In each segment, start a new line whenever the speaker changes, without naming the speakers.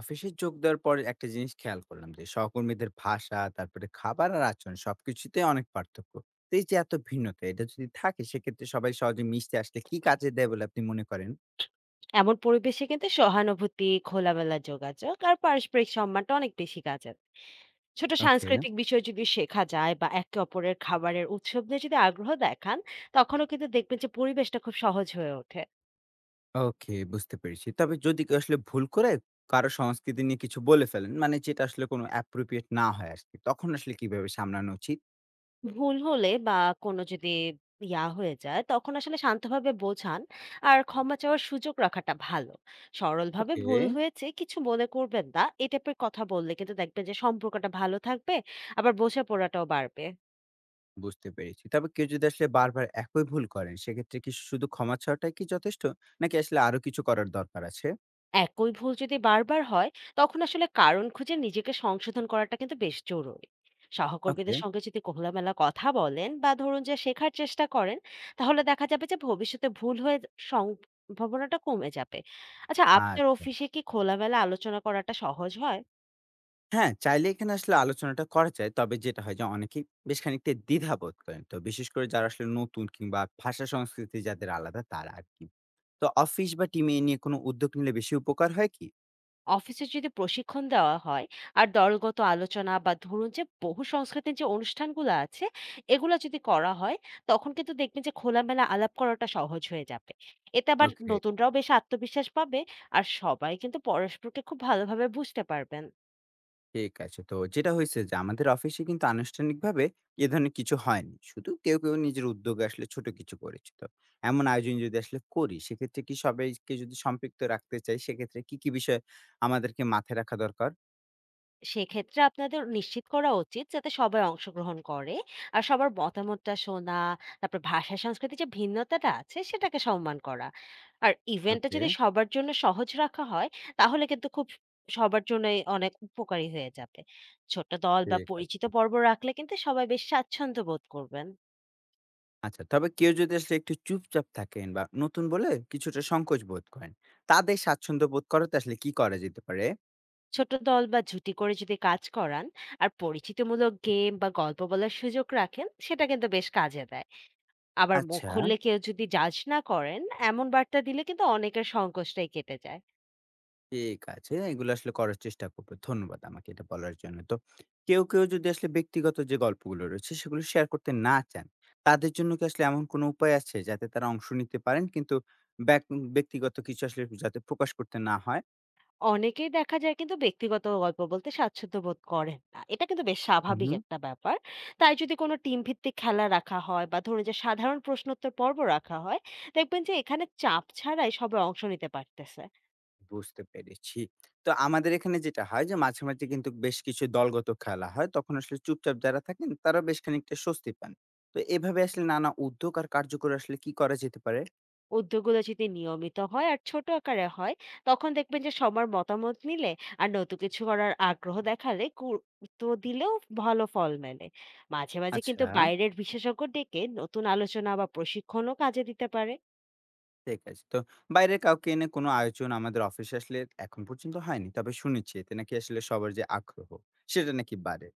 অফিসে যোগ দেওয়ার পর একটা জিনিস খেয়াল করলাম যে সহকর্মীদের ভাষা তারপরে খাবার আর আচরণ সবকিছুতে অনেক পার্থক্য। তো এই যে এত ভিন্নতা এটা যদি থাকে সেক্ষেত্রে সবাই সহজে মিশতে আসলে কি কাজে দেয় বলে আপনি মনে করেন?
এমন পরিবেশে কিন্তু সহানুভূতি খোলামেলা যোগাযোগ আর পারস্পরিক সম্মানটা অনেক বেশি কাজে দেয়। ছোট
ওকে।
সাংস্কৃতিক বিষয় যদি শেখা যায় বা একে অপরের খাবারের উৎসব নিয়ে যদি আগ্রহ দেখান তখনও কিন্তু দেখবেন যে পরিবেশটা খুব সহজ হয়ে ওঠে।
ওকে, বুঝতে পেরেছি। তবে যদি কেউ আসলে ভুল করে কারো সংস্কৃতি নিয়ে কিছু বলে ফেলেন, মানে যেটা আসলে কোনো অ্যাপ্রোপ্রিয়েট না হয় আর কি, তখন আসলে কিভাবে সামলানো উচিত?
ভুল হলে বা কোনো যদি হয়ে যায় তখন আসলে শান্তভাবে বোঝান আর ক্ষমা চাওয়ার সুযোগ রাখাটা ভালো। সরলভাবে
ওকে,
ভুল হয়েছে কিছু মনে করবেন না এই টাইপের কথা বললে কিন্তু দেখবেন যে সম্পর্কটা ভালো থাকবে আবার বোঝাপড়াটাও বাড়বে।
বুঝতে পেরেছি। তবে কেউ যদি আসলে বারবার একই ভুল করেন, সেক্ষেত্রে কি শুধু ক্ষমা চাওয়াটাই কি যথেষ্ট? নাকি আসলে আরো কিছু করার দরকার আছে?
একই ভুল যদি বারবার হয় তখন আসলে কারণ খুঁজে নিজেকে সংশোধন করাটা কিন্তু বেশ জরুরি।
ওকে।
সহকর্মীদের সঙ্গে যদি খোলামেলা কথা বলেন বা ধরুন যে শেখার চেষ্টা করেন তাহলে দেখা যাবে যে ভবিষ্যতে ভুল হয়ে সম্ভাবনাটা কমে যাবে। আচ্ছা আপনার
আচ্ছা।
অফিসে কি খোলামেলা আলোচনা করাটা সহজ হয়?
হ্যাঁ, চাইলে এখানে আসলে আলোচনাটা করা যায়। তবে যেটা হয় যে অনেকেই বেশ খানিকটা দ্বিধাবোধ করেন। তো বিশেষ করে যারা আসলে নতুন কিংবা ভাষা সংস্কৃতি যাদের আলাদা তারা আরকি। তো অফিস বা টিমে এ নিয়ে কোনো উদ্যোগ নিলে বেশি উপকার হয় কি?
অফিসে যদি প্রশিক্ষণ দেওয়া হয় আর দলগত আলোচনা বা ধরুন যে বহু সংস্কৃতির যে অনুষ্ঠানগুলো আছে এগুলো যদি করা হয় তখন কিন্তু দেখবেন যে খোলামেলা আলাপ করাটা সহজ হয়ে যাবে। এতে আবার
ওকে,
নতুনরাও বেশ আত্মবিশ্বাস পাবে আর সবাই কিন্তু পরস্পরকে খুব ভালোভাবে বুঝতে পারবেন।
ঠিক আছে। তো যেটা হয়েছে যে আমাদের অফিসে কিন্তু আনুষ্ঠানিকভাবে এ ধরনের কিছু হয়নি। শুধু কেউ, কেউ নিজের উদ্যোগে আসলে ছোট কিছু করেছে। তো এমন আয়োজন যদি আসলে করি সেক্ষেত্রে কি সবাইকে যদি সম্পৃক্ত রাখতে চাই সেক্ষেত্রে কি বিষয় আমাদেরকে মাথায় রাখা দরকার?
সেক্ষেত্রে আপনাদের নিশ্চিত করা উচিত যাতে সবাই অংশগ্রহণ করে আর সবার মতামতটা শোনা, তারপর ভাষা সংস্কৃতির যে ভিন্নতাটা আছে সেটাকে সম্মান করা আর ইভেন্টটা
ওকে,
যদি সবার জন্য সহজ রাখা হয় তাহলে কিন্তু খুব সবার জন্যই অনেক উপকারী হয়ে যাবে। ছোট দল বা
ঠিক
পরিচিত
আছে।
পর্ব রাখলে কিন্তু সবাই বেশ স্বাচ্ছন্দ্য বোধ করবেন।
আচ্ছা, তবে কেউ যদি আসলে একটু চুপচাপ থাকেন বা নতুন বলে কিছুটা সংকোচ বোধ করেন, তাদের স্বাচ্ছন্দ্য বোধ করাতে আসলে কি করা যেতে পারে?
ছোট দল বা জুটি করে যদি কাজ করান আর পরিচিতিমূলক গেম বা গল্প বলার সুযোগ রাখেন সেটা কিন্তু বেশ কাজে দেয়। আবার মুখ
আচ্ছা,
খুললে কেউ যদি জাজ না করেন এমন বার্তা দিলে কিন্তু অনেকের সংকোচটাই কেটে যায়।
ঠিক আছে। এগুলো আসলে করার চেষ্টা করব। ধন্যবাদ আমাকে এটা বলার জন্য। তো কেউ, কেউ যদি আসলে ব্যক্তিগত যে গল্পগুলো রয়েছে সেগুলো শেয়ার করতে না চান, তাদের জন্য কি আসলে এমন কোনো উপায় আছে যাতে তারা অংশ নিতে পারেন কিন্তু ব্যাক ব্যক্তিগত কিছু আসলে যাতে প্রকাশ করতে না হয়?
অনেকেই দেখা যায় কিন্তু ব্যক্তিগত গল্প বলতে স্বাচ্ছন্দ্য বোধ করেন না, এটা কিন্তু বেশ স্বাভাবিক
উহু।
একটা ব্যাপার। তাই যদি কোনো টিম ভিত্তিক খেলা রাখা হয় বা ধরুন যে সাধারণ প্রশ্নোত্তর পর্ব রাখা হয় দেখবেন যে এখানে চাপ ছাড়াই সবাই অংশ নিতে পারতেছে।
বুঝতে পেরেছি। তো আমাদের এখানে যেটা হয় যে মাঝে, মাঝে কিন্তু বেশ কিছু দলগত খেলা হয়। তখন আসলে চুপচাপ যারা থাকেন তারা বেশ খানিকটা স্বস্তি পান। তো এভাবে আসলে নানা উদ্যোগ আর কার্যকর আসলে কি করা যেতে পারে?
উদ্যোগগুলো যদি নিয়মিত হয় আর ছোট আকারে হয় তখন দেখবেন যে সবার মতামত নিলে আর নতুন কিছু করার আগ্রহ দেখালে গুরুত্ব দিলেও ভালো ফল মেলে। মাঝে মাঝে কিন্তু
আচ্ছা,
বাইরের বিশেষজ্ঞ ডেকে নতুন আলোচনা বা প্রশিক্ষণও কাজে দিতে পারে।
ঠিক আছে। তো বাইরের কাউকে এনে কোনো আয়োজন আমাদের অফিসে আসলে এখন পর্যন্ত হয়নি। তবে শুনেছি এতে নাকি আসলে সবার যে আগ্রহ সেটা নাকি বাড়ে।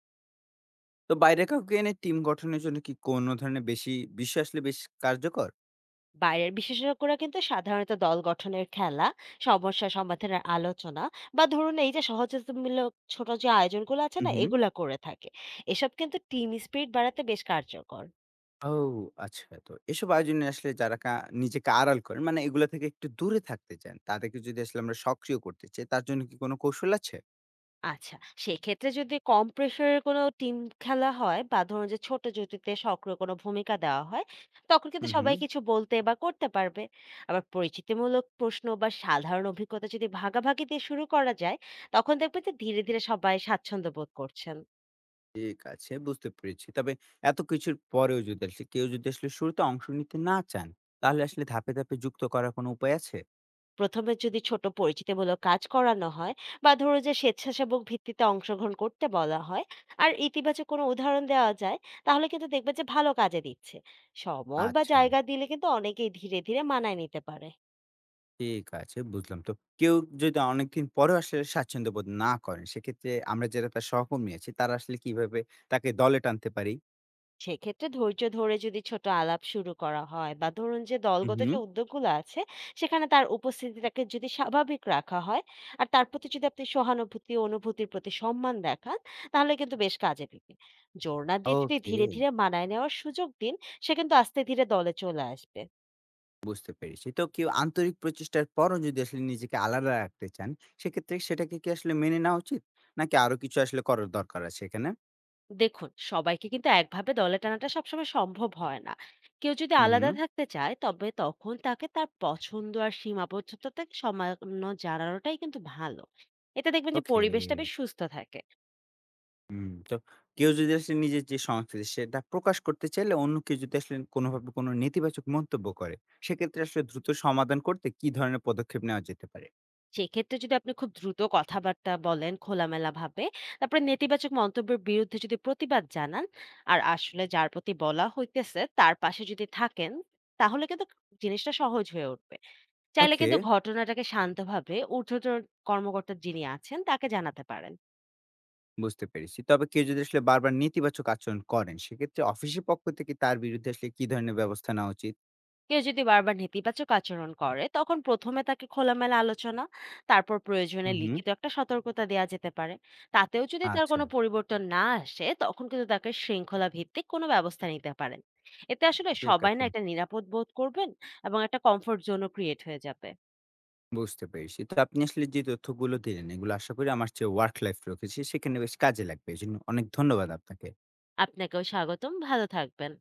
তো বাইরে কাউকে এনে টিম গঠনের জন্য কি কোনো ধরনের বেশি বিষয় আসলে বেশ কার্যকর?
বাইরের বিশেষজ্ঞরা কিন্তু সাধারণত দল গঠনের খেলা, সমস্যা সমাধানের আলোচনা বা ধরুন এই যে সহযোগিতামূলক ছোট যে আয়োজনগুলো আছে
হু,
না
হু।
এগুলা করে থাকে। এসব কিন্তু টিম স্পিরিট বাড়াতে বেশ কার্যকর।
ও আচ্ছা। তো এসব আয়োজনে আসলে যারা নিজেকে আড়াল করেন মানে এগুলা থেকে একটু দূরে থাকতে চান, তাদেরকে যদি আসলে আমরা সক্রিয় করতে চাই তার জন্য কি কোনো কৌশল আছে?
আচ্ছা, সেক্ষেত্রে যদি কম প্রেশারের কোনো টিম খেলা হয় বা ধরুন যে ছোট জুটিতে সক্রিয় কোনো ভূমিকা দেওয়া হয়, তখন কিন্তু
হুম, হুম।
সবাই কিছু বলতে বা করতে পারবে। আবার পরিচিতিমূলক প্রশ্ন বা সাধারণ অভিজ্ঞতা যদি ভাগাভাগি দিয়ে শুরু করা যায়, তখন দেখবেন যে ধীরে, ধীরে সবাই স্বাচ্ছন্দ্য বোধ করছেন।
ঠিক আছে, বুঝতে পেরেছি। তবে এত কিছুর পরেও যদি আসলে কেউ যদি আসলে শুরুতে অংশ নিতে না চান, তাহলে আসলে ধাপে, ধাপে যুক্ত করার কোনো উপায় আছে?
প্রথমে যদি ছোট পরিচিতিমূলক কাজ করানো হয় বা ধরো যে স্বেচ্ছাসেবক ভিত্তিতে অংশগ্রহণ করতে বলা হয় আর ইতিবাচক কোনো উদাহরণ দেওয়া যায় তাহলে কিন্তু দেখবে যে ভালো কাজে দিচ্ছে। সময় বা
আচ্ছা,
জায়গা দিলে কিন্তু অনেকেই ধীরে ধীরে মানায় নিতে পারে।
ঠিক আছে, বুঝলাম। তো কেউ যদি অনেকদিন পরেও আসলে স্বাচ্ছন্দ্য বোধ না করেন, সেক্ষেত্রে আমরা যারা তার সহকর্মী আছি তারা আসলে কিভাবে তাকে দলে টানতে পারি?
সেক্ষেত্রে ধৈর্য ধরে যদি ছোট আলাপ শুরু করা হয় বা ধরুন যে
হুম,
দলগত
হুম।
যে উদ্যোগগুলো আছে সেখানে তার উপস্থিতিটাকে যদি স্বাভাবিক রাখা হয় আর তার প্রতি যদি আপনি সহানুভূতি ও অনুভূতির প্রতি সম্মান দেখান তাহলে কিন্তু বেশ কাজে দিবে। জোর না দিয়ে যদি
ওকে।
ধীরে ধীরে মানায় নেওয়ার সুযোগ দিন সে কিন্তু আস্তে ধীরে দলে চলে আসবে।
বুঝতে পেরেছি। তো কেউ আন্তরিক প্রচেষ্টার পরও যদি আসলে নিজেকে আলাদা রাখতে চান, সেক্ষেত্রে সেটাকে কি আসলে মেনে নেওয়া উচিত? নাকি আরো কিছু আসলে করার দরকার আছে এখানে?
দেখুন সবাইকে কিন্তু একভাবে দলে টানাটা সবসময় সম্ভব হয় না। কেউ যদি
হুম,
আলাদা
হুম।
থাকতে চায় তবে তখন তাকে তার পছন্দ আর সীমাবদ্ধতাকে সামান্য জানানোটাই কিন্তু ভালো। এতে দেখবেন যে
ওকে।
পরিবেশটা বেশ সুস্থ থাকে।
হুম, তো কেউ যদি আসলে নিজের যে সংস্কৃতি সেটা প্রকাশ করতে চাইলে অন্য কেউ যদি আসলে কোনোভাবে কোনো নেতিবাচক মন্তব্য করে, সেক্ষেত্রে আসলে দ্রুত সমাধান করতে কি ধরনের পদক্ষেপ নেওয়া যেতে পারে?
সেক্ষেত্রে যদি আপনি খুব দ্রুত কথাবার্তা বলেন খোলামেলা ভাবে, তারপরে নেতিবাচক মন্তব্যের বিরুদ্ধে যদি প্রতিবাদ জানান আর আসলে যার প্রতি বলা হইতেছে তার পাশে যদি থাকেন তাহলে কিন্তু জিনিসটা সহজ হয়ে উঠবে। চাইলে
ওকে,
কিন্তু ঘটনাটাকে শান্তভাবে ঊর্ধ্বতন কর্মকর্তা যিনি আছেন তাকে জানাতে পারেন।
বুঝতে পেরেছি। তবে কেউ যদি আসলে বারবার নেতিবাচক আচরণ করেন, সেক্ষেত্রে অফিসের পক্ষ থেকে তার বিরুদ্ধে আসলে কি ধরনের ব্যবস্থা নেওয়া উচিত?
কেউ যদি বারবার নেতিবাচক আচরণ করে তখন প্রথমে তাকে খোলামেলা আলোচনা, তারপর প্রয়োজনে
হুম, হুম।
লিখিত একটা সতর্কতা দেয়া যেতে পারে। তাতেও যদি তার
আচ্ছা,
কোনো পরিবর্তন না আসে তখন কিন্তু তাকে শৃঙ্খলা ভিত্তিক কোনো ব্যবস্থা নিতে পারেন। এতে আসলে
ঠিক
সবাই না
আছে।
একটা নিরাপদ বোধ করবেন এবং একটা কমফোর্ট জোনও ক্রিয়েট হয়ে যাবে।
বুঝতে পেরেছি। তো আপনি আসলে যে তথ্যগুলো দিলেন, এগুলো আশা করি আমার যে ওয়ার্ক লাইফ রয়েছে সেখানে বেশ কাজে লাগবে। এজন্য অনেক ধন্যবাদ আপনাকে।
আপনাকেও স্বাগতম, ভালো থাকবেন।